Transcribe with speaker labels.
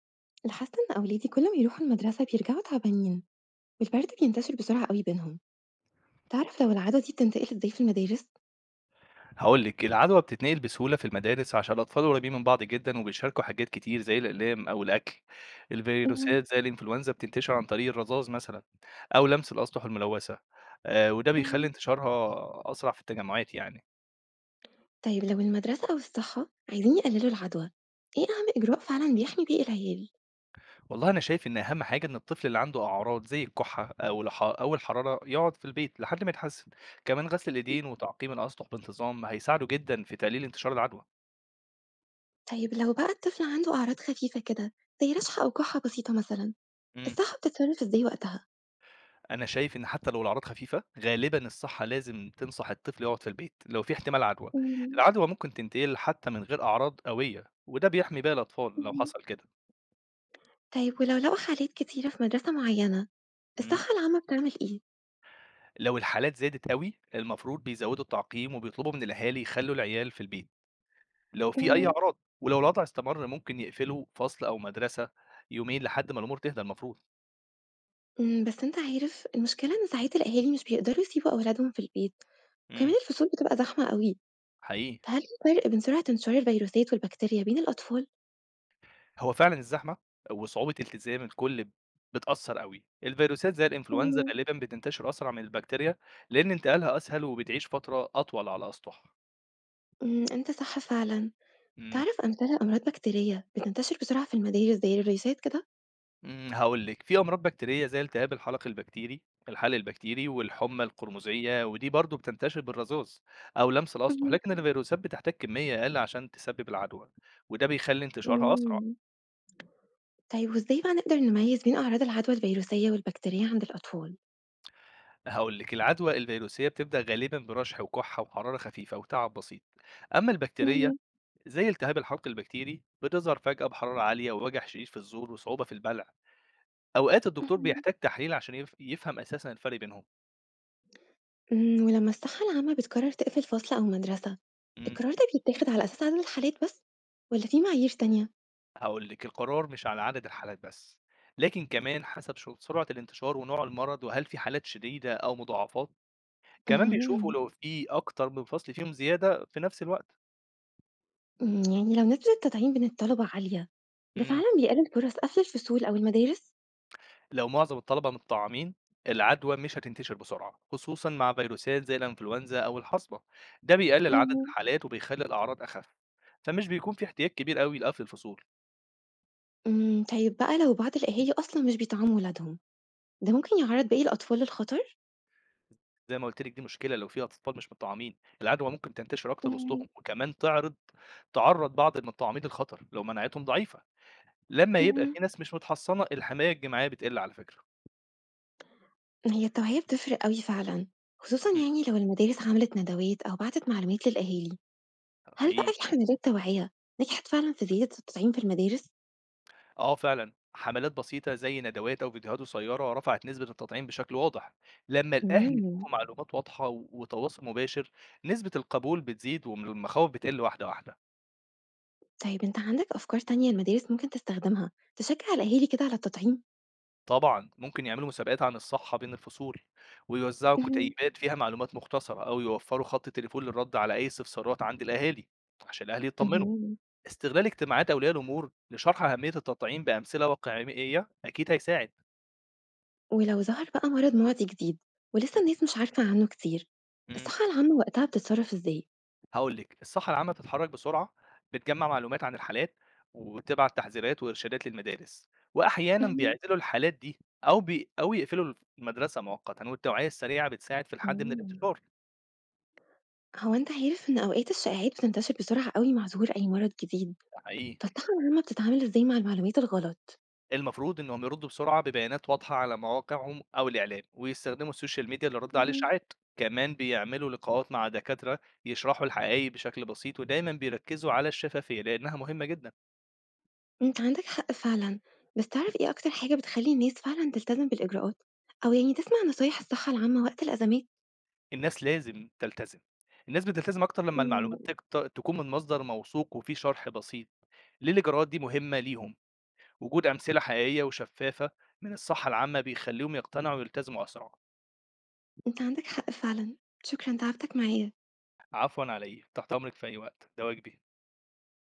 Speaker 1: لاحظت إن أولادي كل ما يروحوا المدرسة بيرجعوا تعبانين، والبرد بينتشر بسرعة قوي بينهم. تعرف لو العادة دي بتنتقل إزاي في المدارس؟
Speaker 2: هاقول لِك، العدوى بتتنقل بسهولة في المدارس عشان الأطفال قريبين من بعض جدًا وبيشاركوا حاجات كتير زي الأقلام أو الأكل.
Speaker 1: مم.
Speaker 2: الفيروسات زي الإنفلونزا بتنتشر عن طريق الرذاذ مثلًا أو لمس الأسطح الملوثة، وده بيخلّي
Speaker 1: مم.
Speaker 2: انتشارها أسرع في التجمعات يعني.
Speaker 1: طيب لو المدرسة أو الصحة عايزين يقللوا العدوى، إيه أهم إجراء فعلا بيحمي بيه العيال؟
Speaker 2: والله أنا شايف إن أهم حاجة إن الطفل اللي عنده أعراض زي الكحة أو الحرارة يقعد في البيت لحد ما يتحسن، كمان غسل الإيدين وتعقيم الأسطح بانتظام هيساعده جدًا في تقليل انتشار العدوى.
Speaker 1: طيب لو بقى الطفل عنده أعراض خفيفة كده، زي رشحة أو كحة بسيطة مثلا،
Speaker 2: إمم.
Speaker 1: الصحة بتتصرف إزاي وقتها؟
Speaker 2: أنا شايف إن حتى لو الأعراض خفيفة، غالبًا الصحّة لازم تنصح الطفل يقعد في البيت لو في احتمال عدوى،
Speaker 1: مم.
Speaker 2: العدوى ممكن تنتقل حتى من غير أعراض قوية، وده بيحمي باقي الأطفال لو
Speaker 1: مم.
Speaker 2: حصل كده.
Speaker 1: طيب ولو لقوا حالات كتيرة في مدرسة معينة،
Speaker 2: إمم،
Speaker 1: الصحة العامة بتعمل إيه؟
Speaker 2: لو الحالات زادت أوي، المفروض بيزودوا التعقيم وبيطلبوا من الأهالي يخلّوا العيال في البيت لو في أي أعراض، ولو الوضع استمر ممكن يقفلوا فصل أو مدرسة يومين لحد ما الأمور تهدى المفروض.
Speaker 1: إمم، بس أنت عارف المشكلة إن ساعات الأهالي مش بيقدروا يسيبوا أولادهم في البيت، وكمان
Speaker 2: إمم،
Speaker 1: الفصول بتبقى زحمة أوي،
Speaker 2: حقيقي.
Speaker 1: فهل في فرق بين سرعة انتشار الفيروسات والبكتيريا بين الأطفال؟
Speaker 2: هو فعلًا الزحمة وصعوبة التزام الكل بتأثّر أوي، الفيروسات زي الإنفلونزا
Speaker 1: إمم.
Speaker 2: غالبًا بتنتشر أسرع من البكتيريا، لإن انتقالها أسهل وبتعيش فترة أطول على الأسطح.
Speaker 1: إمم، أنت صح فعلًا.
Speaker 2: إمم،
Speaker 1: تعرف أمثلة لأمراض بكتيرية بتنتشر بسرعة في المدارس زي الريسات كده؟
Speaker 2: إمم، هاقول لِك، في أمراض بكتيرية زي التهاب الحلق البكتيري الحلق البكتيري والحمى القرمزية، ودي برضه بتنتشر بالرذاذ أو لمس الأسطح،
Speaker 1: اهم.
Speaker 2: لكن الفيروسات بتحتاج كمية أقل عشان تسبب العدوى، وده بيخلّي انتشارها أسرع.
Speaker 1: إمم. طيب وإزاي بقى نقدر نميز بين أعراض العدوى الفيروسية والبكتيرية عند الأطفال؟
Speaker 2: هاقول لِك، العدوى الفيروسية بتبدأ غالبًا برشح وكحة وحرارة خفيفة وتعب بسيط، أما البكتيرية
Speaker 1: اهم.
Speaker 2: زي التهاب الحلق البكتيري بتظهر فجأة بحرارة عالية ووجع شديد في الزور وصعوبة في البلع. أوقات الدكتور
Speaker 1: اهم.
Speaker 2: بيحتاج تحليل عشان يفهم أساسا الفرق بينهم.
Speaker 1: إمم، ولما الصحة العامة بتقرر تقفل فصل أو مدرسة،
Speaker 2: امم
Speaker 1: القرار ده بيتاخد على أساس عدد الحالات بس، والّا في معايير تانية؟
Speaker 2: هقول لك القرار مش على عدد الحالات بس لكن كمان حسب سرعة الانتشار ونوع المرض وهل في حالات شديدة أو مضاعفات. كمان بيشوفوا
Speaker 1: اهم.
Speaker 2: لو في أكتر من فصل فيهم زيادة في نفس الوقت.
Speaker 1: إمم، يعني لو نسبة التطعيم بين الطلبة عالية، ده
Speaker 2: مم.
Speaker 1: فعلًا بيقلل فرص قفل الفصول أو المدارس؟
Speaker 2: لو معظم الطلبة متطعمين العدوى مش هتنتشر بسرعة خصوصا مع فيروسات زي الانفلونزا أو الحصبة، ده بيقلل عدد
Speaker 1: اهم.
Speaker 2: الحالات وبيخلي الأعراض أخف فمش بيكون في احتياج كبير قوي لقفل الفصول.
Speaker 1: إمم، طيب بقى لو بعض الأهالي أصلًا مش بيطعموا ولادهم، ده ممكن يعرّض باقي الأطفال للخطر؟
Speaker 2: زي ما قلت لك دي مشكلة لو في أطفال مش متطعمين، العدوى ممكن تنتشر أكتر وسطهم
Speaker 1: اهم.
Speaker 2: وكمان تعرض بعض المتطعمين للخطر لو مناعتهم ضعيفة. لما يبقى
Speaker 1: اهم.
Speaker 2: في ناس مش متحصنة الحماية الجماعية بتقل على فكرة.
Speaker 1: هي التوعية بتفرق أوي فعلًا، خصوصًا
Speaker 2: مم.
Speaker 1: يعني لو المدارس عملت ندوات أو بعتت معلومات للأهالي. هل بقى
Speaker 2: حقيقي.
Speaker 1: في حملات توعية نجحت فعلًا في زيادة التطعيم في المدارس؟
Speaker 2: آه فعلًا، حملات بسيطة زي ندوات أو فيديوهات قصيرة رفعت نسبة التطعيم بشكل واضح، لمّا الأهل
Speaker 1: إمم،
Speaker 2: يشوفوا معلومات واضحة وتواصل مباشر، نسبة القبول بتزيد المخاوف بتقل واحدة واحدة.
Speaker 1: طيب أنت عندك أفكار تانية المدارس ممكن تستخدمها تشجع الأهالي كده على التطعيم؟
Speaker 2: طبعًا ممكن يعملوا مسابقات عن الصحة بين الفصول، ويوزعوا
Speaker 1: اهم.
Speaker 2: كتيبات فيها معلومات مختصرة، أو يوفروا خط تليفون للرد على أي استفسارات عند الأهالي، عشان الأهل يطمنوا.
Speaker 1: اهم.
Speaker 2: استغلال اجتماعات أولياء الأمور لشرح أهمية التطعيم بأمثلة واقعية أكيد هيساعد.
Speaker 1: ولو ظهر بقى مرض معدي جديد ولسه الناس مش عارفة عنه كتير،
Speaker 2: إمم.
Speaker 1: الصحة العامة وقتها بتتصرف ازاي؟
Speaker 2: هاقول لِك، الصحّة العامة بتتحرّك بسرعة، بتجمّع معلومات عن الحالات، وبتبعت تحذيرات وإرشادات للمدارس، وأحيانًا
Speaker 1: مهم.
Speaker 2: بيعزلوا الحالات دي أو يقفلوا المدرسة مؤقتًا، والتوعية السريعة بتساعد في الحد من
Speaker 1: مم.
Speaker 2: الانتشار.
Speaker 1: هو انت عارف ان اوقات الشائعات بتنتشر بسرعة قوي مع ظهور اي مرض جديد،
Speaker 2: ده حقيقي.
Speaker 1: فالصحة العامة بتتعامل ازاي مع المعلومات الغلط؟
Speaker 2: المفروض إنهم يردوا بسرعة ببيانات واضحة على مواقعهم أو الإعلام، ويستخدموا السوشيال ميديا للرد على
Speaker 1: مم.
Speaker 2: الإشاعات، كمان بيعملوا لقاءات مع دكاترة يشرحوا الحقايق بشكل بسيط، ودايمًا بيركّزوا على الشفافية لإنها مهمة جدًا.
Speaker 1: انت عندك حق فعلا. بس تعرف ايه اكتر حاجة بتخلي الناس فعلا تلتزم بالاجراءات؟ او يعني تسمع نصايح الصحة العامة وقت الازمات؟
Speaker 2: الناس لازم تلتزم، الناس بتلتزم أكتر لمّا
Speaker 1: مم.
Speaker 2: المعلومات تكون من مصدر موثوق وفيه شرح بسيط ليه الإجراءات دي مهمة ليهم، وجود أمثلة حقيقية وشفافة من الصحة العامة بيخلّيهم يقتنعوا ويلتزموا أسرع.
Speaker 1: انت عندك حق فعلا. شكرا تعبتك معايا.
Speaker 2: عفوًا، على إيه، تحت أمرِك في أي وقت، ده واجبي.